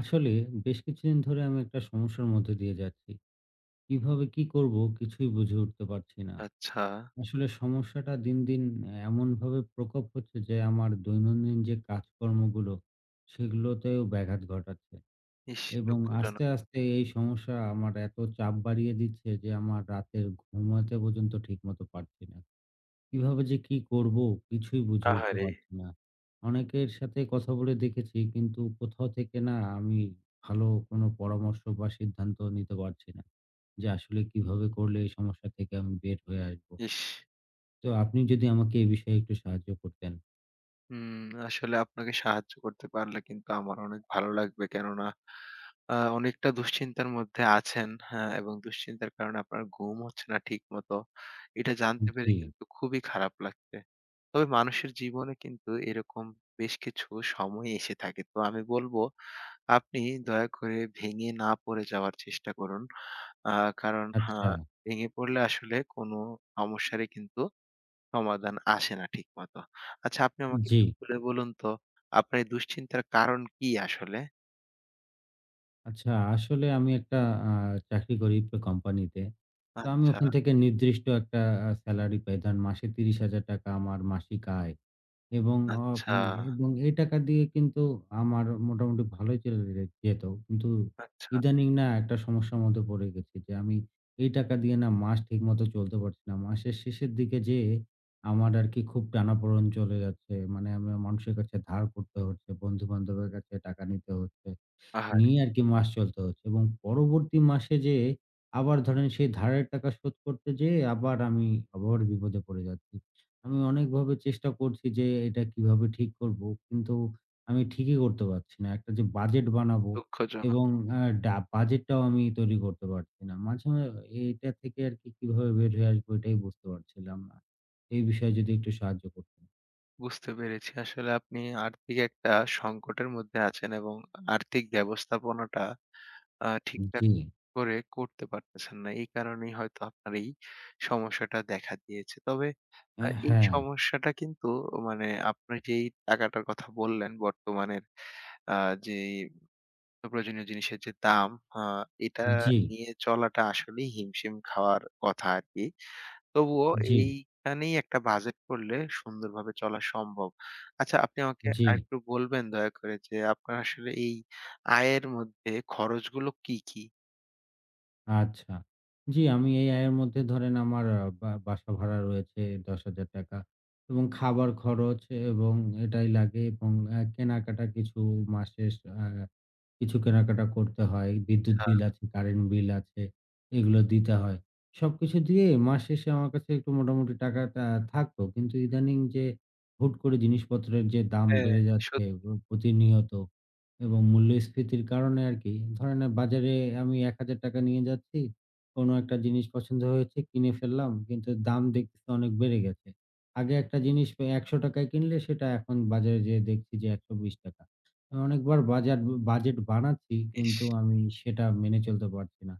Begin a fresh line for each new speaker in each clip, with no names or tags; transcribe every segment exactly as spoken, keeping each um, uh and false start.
আসলে বেশ কিছুদিন ধরে আমি একটা সমস্যার মধ্যে দিয়ে যাচ্ছি। কিভাবে কি করব কিছুই বুঝে উঠতে পারছি না।
আচ্ছা।
আসলে সমস্যাটা দিন, দিন এমনভাবে প্রকোপ হচ্ছে যে আমার দৈনন্দিন যে কাজকর্মগুলো সেগুলোতেও ব্যাঘাত ঘটাচ্ছে
ইস!
এবং আস্তে,
দুঃখজনক।
আস্তে এই সমস্যা আমার এত চাপ বাড়িয়ে দিচ্ছে যে আমার রাতের ঘুমাতে পর্যন্ত ঠিকমতো পারছি না। কিভাবে যে কি করব কিছুই বুঝে উঠতে
আহারে!
পারছি না। অনেকের সাথে কথা বলে দেখেছি, কিন্তু কোথাও থেকে না আমি ভালো কোনো পরামর্শ বা সিদ্ধান্ত নিতে পারছি না। যে আসলে কিভাবে করলে এই সমস্যা থেকে আমি বের হয়ে আসবো।
ইস!
তো আপনি যদি আমাকে এই বিষয়ে একটু সাহায্য করতেন।
হুম, আসলে আপনাকে সাহায্য করতে পারলে কিন্তু আমার অনেক ভালো লাগবে। কেননা আ অনেকটা দুশ্চিন্তার মধ্যে আছেন, হ্যাঁ? এবং দুশ্চিন্তার কারণে আপনার ঘুম হচ্ছে না ঠিকমতো। এটা জানতে পেরে
জি,
কিন্তু খুবই খারাপ লাগছে। তবে মানুষের জীবনে কিন্তু এরকম বেশ কিছু সময় এসে থাকে। তো আমি বলব আপনি দয়া করে ভেঙে না পড়ে যাওয়ার চেষ্টা করুন। আ কারণ আ
আচ্ছা,
ভেঙে পড়লে আসলে কোনো সমস্যারই কিন্তু সমাধান আসে না ঠিকমতো। আচ্ছা আপনি আমাকে
জি।
একটু খুলে বলুন তো, আপনার এই দুশ্চিন্তার কারণ কি আসলে?
আচ্ছা, আসলে আমি একটা আ চাকরি করি একটা কোম্পানিতে। তো আমি
আচ্ছা,
ওখান থেকে নির্দিষ্ট একটা আ সেলারি পাই। ধরেন মাসে ৳ত্রিশ হাজার আমার মাসিক আয়। এবং অ
আচ্ছা,
উম এবং এই টাকা দিয়ে কিন্তু আমার মোটামুটি ভালোই চলে যে যেত। কিন্তু
আচ্ছা।
ইদানিং না একটা সমস্যার মধ্যে পড়ে গেছি যে আমি এই টাকা দিয়ে না মাস ঠিকমতো চলতে পারছি না। মাসের শেষের দিকে যেয়ে আমার আরকি খুব টানাপোড়েন চলে যাচ্ছে। মানে আমি মানুষের কাছে ধার করতে হচ্ছে, বন্ধু-বান্ধবের কাছে টাকা নিতে হচ্ছে।
আহারে!
নিয়ে আরকি মাস চলতে হচ্ছে এবং পরবর্তী মাসে যেয়ে আবার ধরেন সেই ধারের টাকা শোধ করতে যেয়ে আবার আমি আবার বিপদে পড়ে যাচ্ছি। আমি অনেকভাবে চেষ্টা করছি যে এটা কিভাবে ঠিক করব। কিন্তু আমি ঠিকই করতে পারছি না। একটা যে বাজেট বানাবো
দুঃখজনক।
এবং আ ডা বাজেটটাও আমি তৈরি করতে পারছি না। মাঝে মা এটা থেকে আরকি কিভাবে বের হয়ে আসবো এটাই বুঝতে পারছিলাম না। এই বিষয়ে যদি একটু সাহায্য করতেন।
বুঝতে পেরেছি। আসলে আপনি আর্থিক একটা সংকটের মধ্যে আছেন এবং আর্থিক ব্যবস্থাপনাটা আ ঠিকঠাক
জি।
করে করতে পারতেছেন না। এই কারণেই হয়তো আপনার এই সমস্যাটা দেখা দিয়েছে। তবে আ
অ্যা
এই
হ্যাঁ।
সমস্যাটা কিন্তু মানে আপনার যেই টাকাটার কথা বললেন বর্তমানের আ যেই প্রয়োজনীয় জিনিসের যে দাম আ এটা
জি,
নিয়ে চলাটা আসলেই হিমশিম খাওয়ার কথা আরকি। তবুও
জি,
এইখানেই একটা বাজেট করলে সুন্দরভাবে চলা সম্ভব। আচ্ছা আপনি আমাকে
জি।
আরেকটু বলবেন দয়া করে যে আপনার আসলে এই আয়ের মধ্যে খরচগুলো কি, কি?
আচ্ছা। জি, আমি এই আয়ের মধ্যে ধরেন আমার আ বা বাসা ভাড়া রয়েছে ৳দশ হাজার এবং খাবার খরচ এবং এটাই লাগে এবং আ কেনাকাটা কিছু মাসের আ কিছু কেনাকাটা করতে হয়। বিদ্যুৎ বিল
আ
আছে, কারেন্ট বিল আছে, এগুলো দিতে হয়। সবকিছু দিয়ে মাস শেষে আমার কাছে একটু মোটামুটি টাকাটা থাকতো। কিন্তু ইদানিং যে হুট করে জিনিসপত্রের যে দাম
হ্যাঁ,
বেড়ে যাচ্ছে
সত্যি
প প্রতিনিয়ত এবং মূল্যস্ফীতির কারণে আরকি ধরেন আ বাজারে আমি ৳এক হাজার নিয়ে যাচ্ছি। কোন একটা জিনিস পছন্দ হয়েছে কিনে ফেললাম। কিন্তু দাম দেখতেছি অনেক বেড়ে গেছে। আগে একটা জিনিস পে ৳একশো য় কিনলে সেটা এখন বাজারে যেয়ে দেখছি যে ৳একশো বিশ। অনেকবার বাজার বাজেট বানাচ্ছি,
ইস!
কিন্তু আমি সেটা মেনে চলতে পারছি না।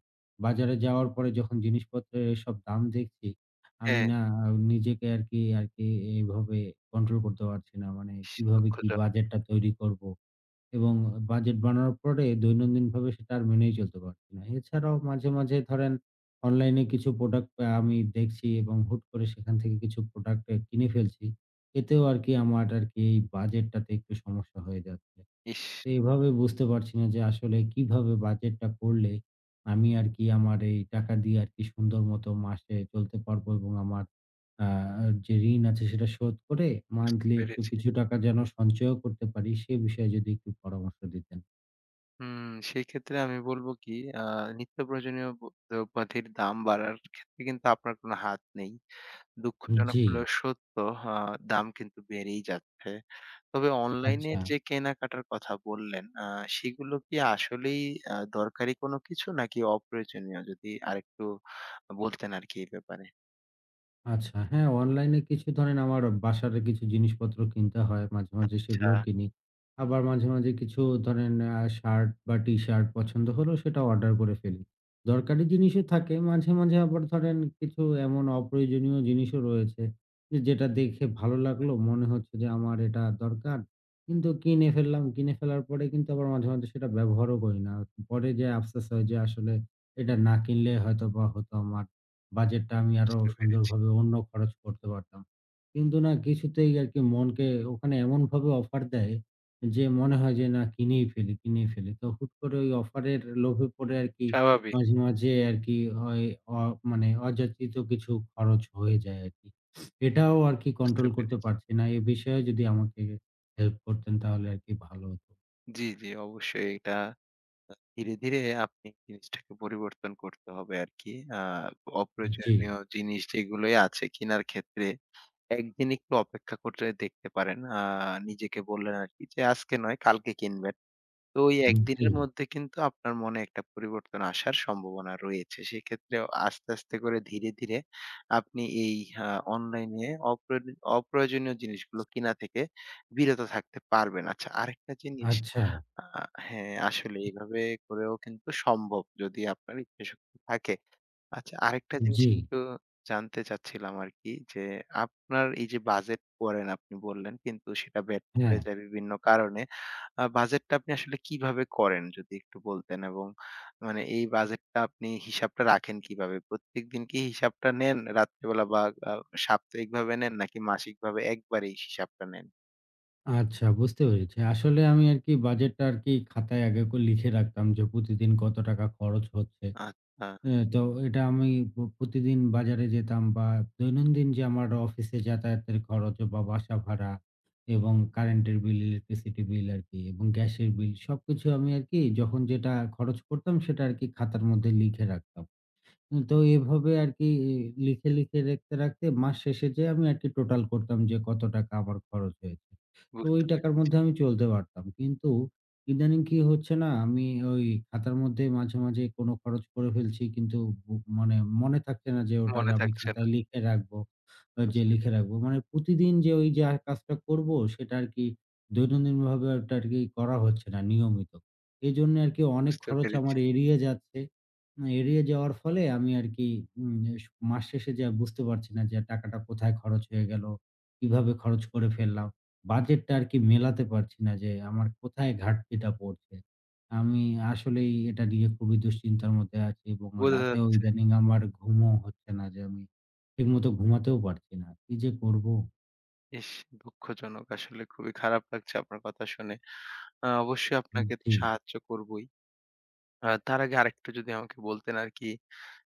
বাজারে যাওয়ার পরে যখন জিনিসপত্রের এসব দাম দেখছি, আমি
হ্যাঁ,
না নিজেকে আরকি আরকি এভাবে কন্ট্রোল করতে পারছি না। মানে
ইস
কিভাবে কি
দুঃখজনক।
বাজেটটা তৈরি করব? এবং বাজেট বানানোর পরে দৈনন্দিনভাবে সেটা আর মেনেই চলতে পারছি না। এছাড়াও মাঝে, মাঝে ধরেন অনলাইনে কিছু প্রোডাক্ট আ আমি দেখছি এবং হুট করে সেখান থেকে কিছু প্রোডাক্ট এ কিনে ফেলছি। এতেও আরকি আমার আরকি এই বাজেটটাতে একটু সমস্যা হয়ে যাচ্ছে।
ইস!
এইভাবে বুঝতে পারছি না যে আসলে কিভাবে বাজেটটা করলে আমি আর কি আমার এই টাকা দিয়ে আর কি সুন্দর মতো মাসে চলতে পারবো এবং আমার আহ, যে ঋণ আছে সেটা শোধ করে
বুঝতে
মান্থলি একটু
পেরেছি।
কিছু টাকা যেন সঞ্চয় করতে পারি, সে বিষয়ে যদি একটু পরামর্শ দিতেন।
হুম, সেক্ষেত্রে আমি বলব কি আ নিত্য প্রয়োজনীয় ব দ্রব্যাদির দাম বাড়ার ক্ষেত্রে কিন্তু আপনার কোনো হাত নেই। দুঃখজনক
জি,
হলেও সত্য, আ দাম কিন্তু বেড়েই যাচ্ছে। তবে
আচ্ছা,
অনলাইনের যে কেনাকাটার কথা বললেন, আ সেগুলো কি আসলেই আ দরকারি কোনো কিছু নাকি অপ্রয়োজনীয়? যদি আরেকটু বলতেন আরকি এই ব্যাপারে।
আচ্ছা। হ্যাঁ, অনলাইনে কিছু ধরেন আমার বাসার কিছু জিনিসপত্র কিনতে হয়। মাঝে, মাঝে
আচ্ছা,
সেগুলোও কিনি। আবার মাঝে, মাঝে কিছু ধরেন আ শার্ট বা টি-শার্ট পছন্দ হলো সেটা অর্ডার করে ফেলি। দরকারি জিনিসও থাকে। মাঝে, মাঝে আবার ধরেন কিছু এমন অপ্রয়োজনীয় জিনিসও রয়েছে যে যেটা দেখে ভালো লাগলো। মনে হচ্ছে যে আমার এটা দরকার। কিন্তু কিনে ফেললাম। কিনে ফেলার পরে কিন্তু আবার মাঝে, মাঝে সেটা ব্যবহারও করি না। পরে যেয়ে আফসোস হয় যে আসলে এটা না কিনলে হয়তোবা হতো আমার। বাজেটটা আমি আরো
বুঝতে পেরেছি।
সুন্দরভাবে অন্য খরচ করতে পারতাম। কিন্তু না কিছুতেই আরকি মনকে ওখানে এমনভাবে অফার দেয় যে মনে হয় যে না কিনেই ফেলি, কিনেই ফেলি। তো হুট করে ওই অফারের লোভে পড়ে আরকি
স্বাভাবিক।
মাঝে, মাঝে আরকি হয় অ মানে অযাচিত কিছু খরচ হয়ে যায় আরকি। এটাও আরকি
বুঝতে
কন্ট্রোল করতে
পেরেছি।
পারছি না। এ বিষয়ে যদি আমাকে হেল্প করতেন তাহলে আরকি ভালো হতো।
জি, জি অবশ্যই এটা ধীরে, ধীরে আপনি জিনিসটাকে পরিবর্তন করতে হবে আরকি। আ
জি,
অপ্রয়োজনীয় জিনিস যেগুলোই আছে কেনার ক্ষেত্রে একদিন একটু অপেক্ষা করে দেখতে পারেন। আ নিজেকে বললেন আরকি যে, "আজকে নয় কালকে কিনবেন।" তো ওই
জি।
একদিনের মধ্যে কিন্তু আপনার মনে একটা পরিবর্তন আসার সম্ভাবনা রয়েছে। সেক্ষেত্রে আস্তে, আস্তে করে ধীরে, ধীরে আপনি এই আ অনলাইনে অপ্রয়ো অপ্রয়োজনীয় জিনিসগুলো কিনা থেকে বিরত থাকতে পারবেন। আচ্ছা আরেকটা জিনিস
আচ্ছা।
আ হ্যাঁ, আসলে এভাবে করেও কিন্তু সম্ভব যদি আপনার ইচ্ছা শক্তি থাকে। আচ্ছা, আরেকটা জিনিস
জি,
একটু জানতে চাচ্ছিলাম আরকি যে, আপনার এই যে বাজেট করেন আপনি বললেন, কিন্তু সেটা ব্যর্থ
হ্যাঁ।
হয়ে যায় বিভিন্ন কারণে। আ বাজেটটা আপনি আসলে কিভাবে করেন যদি একটু বলতেন? এবং মানে এই বাজেটটা আপনি হিসাবটা রাখেন কিভাবে? প্রত্যেকদিন কি হিসাবটা নেন রাত্রিবেলা বা আ সাপ্তাহিকভাবে নেন নাকি মাসিকভাবে একবারেই হিসাবটা নেন?
আচ্ছা, বুঝতে পেরেছি। আসলে আমি আরকি বাজেটটা আরকি খাতায় আগে করে লিখে রাখতাম যে প্রতিদিন কত টাকা খরচ হচ্ছে।
আচ্ছা,
এ তো এটা আমি প প্রতিদিন বাজারে যেতাম বা দৈনন্দিন যে আমার অফিসে যাতায়াতের খরচ বা বাসা ভাড়া এবং কারেন্টের বিল, ইলেকট্রিসিটি বিল আরকি এবং গ্যাসের বিল সবকিছু আমি আরকি যখন যেটা খরচ করতাম সেটা আরকি খাতার মধ্যে লিখে রাখতাম। উম তো এভাবে আরকি লিখে, লিখে রাখতে, রাখতে মাস শেষে যেয়ে আমি আরকি টোটাল করতাম যে কত টাকা আমার খরচ হয়েছে। তো ওই
বুঝতে
টাকার
পেরেছি।
মধ্যে আমি চলতে পারতাম। কিন্তু ইদানিং কি হচ্ছে না আমি ওই খাতার মধ্যে মাঝে, মাঝে কোনো খরচ করে ফেলছি, কিন্তু বু মানে মনে থাকছে না যে ওটা যে
মনে
আমি
থাকছে না।
খাতায় লিখে রাখবো। আ যে
বুঝতে
লিখে
পে
রাখবো। মানে প্রতিদিন যে ওই যে আর কাজটা করবো সেটা আরকি দৈনন্দিনভাবে ওটা আরকি করা হচ্ছে না নিয়মিত। এজন্য আরকি অনেক
বুঝতে
খরচ আমার
পেরেছি।
এড়িয়ে যাচ্ছে। উম এড়িয়ে যাওয়ার ফলে আমি আরকি উম এস মাস শেষে যে বুঝতে পারছি না যে টাকাটা কোথায় খরচ হয়ে গেল, কিভাবে খরচ করে ফেললাম। বাজেটটা আরকি মেলাতে পারছি না যে আমার কোথায় ঘাটতিটা পড়ছে। আমি আসলেই এটা নিয়ে খুবই দুশ্চিন্তার মধ্যে আছি এবং
বোঝা
রাতেও
যাচ্ছে।
ইদানিং আমার ঘুমও হচ্ছে না যে আমি ঠিকমতো ঘুমাতেও পারছি না। কি যে করব?
ইস! দুঃখজনক, আসলে খুবই খারাপ লাগছে আপনার কথা শুনে। আ অবশ্যই আপনাকে তো
জি,
সাহায্য করবই। আ তার আগে আরেকটু যদি আমাকে বলতেন আরকি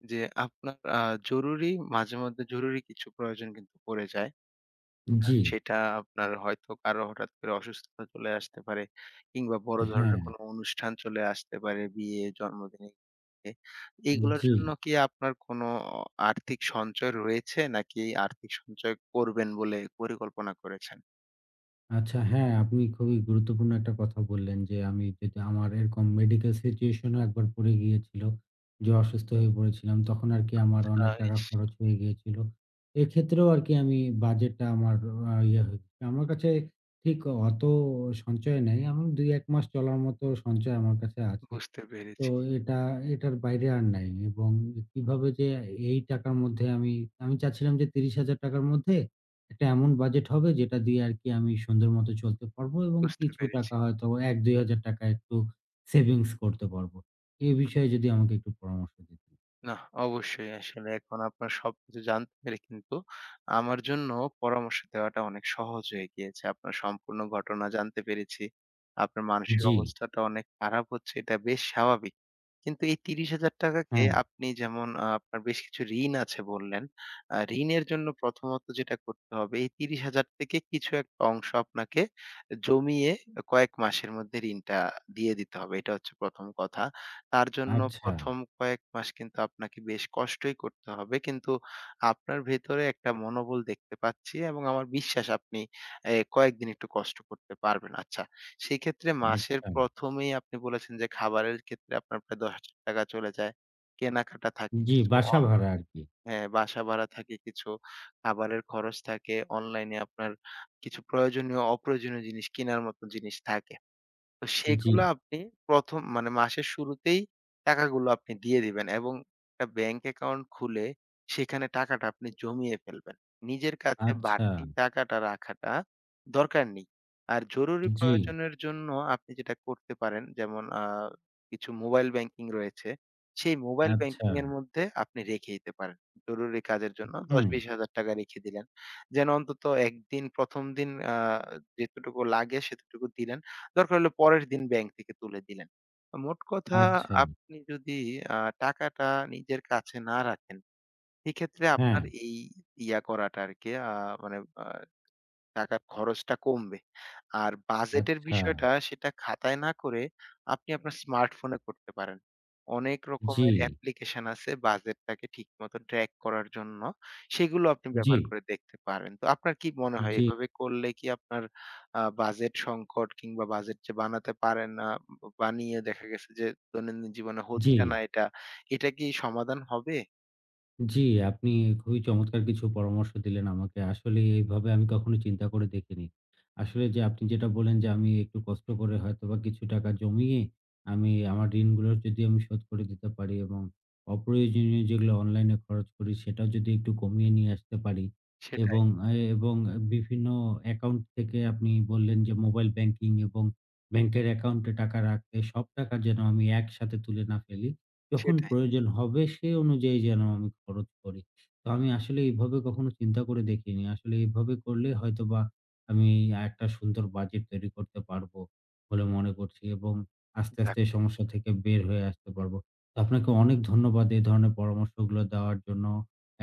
যে আপনার আ জরুরি, মাঝে মধ্যে জরুরি কিছু প্রয়োজন কিন্তু পড়ে যায়। আ
জি,
সেটা আপনার হয়তো কারো হঠাৎ করে অসুস্থতা চলে আসতে পারে, কিংবা বড় ধরনের
হ্যাঁ,
কোনো অনুষ্ঠান চলে আসতে পারে, বিয়ে, জন্মদিন, এ এইগুলোর
জি।
জন্য কি আপনার কোনো অ আর্থিক সঞ্চয় রয়েছে নাকি আর্থিক সঞ্চয় করবেন বলে পরিকল্পনা করেছেন?
আচ্ছা, হ্যাঁ, আপনি খুবই গুরুত্বপূর্ণ একটা কথা বললেন যে আমি যেটা আমার এরকম মেডিকেল সিচুয়েশন ও একবার পড়ে গিয়েছিল। যে অসুস্থ হয়ে পড়েছিলাম তখন আরকি আমার
আ
অনেক টাকা
ইস!
খরচ হয়ে গিয়েছিল। এক্ষেত্রেও আরকি আমি বাজেটটা আমার আ ইয়ে হয়ে আমার কাছে ঠিক অত সঞ্চয় নেই। আমি দুই এক মাস চলার মতো সঞ্চয় আমার কাছে আছে।
বুঝতে
তো
পেরেছি,
এটা এটার বাইরে আর নাই এবং কিভাবে যে এই টাকার মধ্যে আমি আমি চাচ্ছিলাম যে ৳ত্রিশ হাজার র মধ্যে একটা এমন বাজেট হবে যেটা দিয়ে আরকি আমি সুন্দর মতো চলতে পারবো এবং
বুঝতে
কিছু
পেরেছি।
টাকা হয়তো ৳এক দুই হাজার একটু সেভিংস করতে পারবো। এ বিষয়ে যদি আমাকে একটু পরামর্শ দিতেন।
নাহ, অবশ্যই আসলে এখন আপনার সবকিছু জানতে পেরে কিন্তু আমার জন্য পরামর্শ দেওয়াটা অনেক সহজ হয়ে গিয়েছে। আপনার সম্পূর্ণ ঘটনা জানতে পেরেছি। আপনার মানসিক
জি,
অবস্থাটা অনেক খারাপ হচ্ছে, এটা বেশ স্বাভাবিক। কিন্তু এই ৳ত্রিশ হাজার কে
হ্যাঁ,
আপনি যেমন আ আপনার বেশ কিছু ঋণ আছে বললেন। আ ঋণের জন্য প্রথমত যেটা করতে হবে এই ত্রিশ হাজার থেকে কিছু একটা অংশ আপনাকে জমিয়ে কয়েক মাসের মধ্যে ঋণটা দিয়ে দিতে হবে। এটা হচ্ছে প্রথম কথা। তার জন্য
আচ্ছা,
প্রথম কয়েক মাস কিন্তু আপনাকে বেশ কষ্টই করতে হবে। কিন্তু আপনার ভেতরে একটা মনোবল দেখতে পাচ্ছি এবং আমার বিশ্বাস আপনি এ কয়েকদিন একটু কষ্ট করতে পারবেন। আচ্ছা সেই ক্ষেত্রে মাসের
আচ্ছা।
প্রথম এই আপনি বলেছেন যে খাবারের ক্ষেত্রে আপনার প্রায় ৳দশ হাজার চলে যায়। কেনাকাটা থাকে
জি,
কিছু
বাসা ভাড়া
অনলাইন,
আরকি।
হ্যাঁ, বাসা ভাড়া থাকে কিছু, খাবারের খরচ থাকে, অনলাইনে আপনার কিছু প্রয়োজনীয়, অপ্রয়োজনীয় জিনিস কেনার মতো জিনিস থাকে। তো
জি,
সেগুলো আপনি প্রথম মানে মাসের শুরুতেই টাকাগুলো আপনি দিয়ে দিবেন এবং একটা ব্যাংক অ্যাকাউন্ট খুলে সেখানে টাকাটা আপনি জমিয়ে ফেলবেন। নিজের কাছে
আচ্ছা,
বাড়তি টাকাটা রাখাটা দরকার নেই। আর জরুরি
জি,
প্রয়োজনের জন্য আপনি যেটা করতে পারেন যেমন আ কিছু মোবাইল ব্যাংকিং রয়েছে। সেই মোবাইল
আচ্ছা,
ব্যাংকিং এর মধ্যে আপনি রেখে দিতে পারেন। জরুরি কাজের জন্য
হুম,
দশ থেকে বিশ হাজার টাকা রেখে দিলেন। যেন অন্তত এক দিন, প্রথম দিন, আ যেতটুকু লাগে সেতটুকু দিলেন। দরকার হলে পরের দিন ব্যাংক থেকে তুলে দিলেন। মোট কথা,
আচ্ছা,
আপনি যদি আ টাকাটা নিজের কাছে না রাখেন, সেক্ষেত্রে
হ্যাঁ,
আপনার এই ইয়া করাটা আরকি, আ মানে আ টাকার খরচটা কমবে। আর বাজেটের
আচ্ছা,
বিষয়টা সেটা খাতায় না করে আপনি আপনার স্মার্টফোনে করতে পারেন। অনেক
জি,
রকমের অ্যাপ্লিকেশন আছে বাজেটটাকে ঠিকমতো ট্র্যাক করার জন্য। সেগুলো আপনি
জি।
ব্যবহার করে দেখতে পারেন। তো আপনার কি মনে হয়
জি,
এভাবে করলে কি আপনার আ বাজেট সংকট, কিংবা বাজেট যে বানাতে পারেন না, বানিয়ে দেখা গেছে যে দৈনন্দিন জীবনে
জি,
হচ্ছে না এটা, এটা কি সমাধান হবে?
জি, আপনি খুবই চমৎকার কিছু পরামর্শ দিলেন আমাকে। আসলে এইভাবে আমি কখনো চিন্তা করে দেখিনি। আসলে যে আপনি যেটা বললেন যে আমি একটু কষ্ট করে হয়তোবা কিছু টাকা জমিয়ে আমি আমার ঋণগুলো যদি আমি শোধ করে দিতে পারি এবং অপ্রয়োজনীয় যেগুলো অনলাইনে খরচ করি সেটাও যদি একটু কমিয়ে নিয়ে আসতে পারি
সেটাই,
এবং আ এবং বিভিন্ন অ্যাকাউন্ট থেকে আপনি বললেন যে মোবাইল ব্যাংকিং এবং ব্যাংকের অ্যাকাউন্টে টাকা রাখতে সব টাকা যেন আমি একসাথে তুলে না ফেলি। যখন
সেটাই।
প্রয়োজন হবে সে অনুযায়ী যেন আমি খরচ করি। তো আমি আসলে এভাবে কখনো চিন্তা করে দেখিনি। আসলে এভাবে করলে হয়তোবা আমি একটা সুন্দর বাজেট তৈরি করতে পারবো বলে মনে করছি এবং আস্তে, আস্তে
যাক,
এই সমস্যা থেকে বের হয়ে আসতে পারবো। তো আপনাকে অনেক ধন্যবাদ এই ধরনের পরামর্শগুলো দেওয়ার জন্য।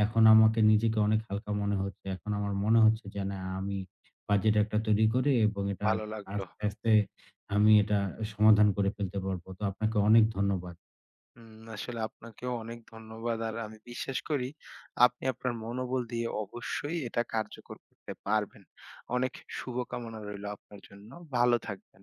এখন আমাকে নিজেকে অনেক হালকা মনে হচ্ছে। এখন আমার মনে হচ্ছে যে না আমি বাজেট একটা তৈরি করে এবং এটা
ভালো লাগলো।
আস্তে, আস্তে আমি এটা সমাধান করে ফেলতে পারবো। তো আপনাকে অনেক ধন্যবাদ।
হুম, আসলে আপনাকেও অনেক ধন্যবাদ। আর আমি বিশ্বাস করি আপনি আপনার মনোবল দিয়ে অবশ্যই এটা কার্যকর করতে পারবেন। অনেক শুভকামনা রইলো আপনার জন্য। ভালো থাকবেন।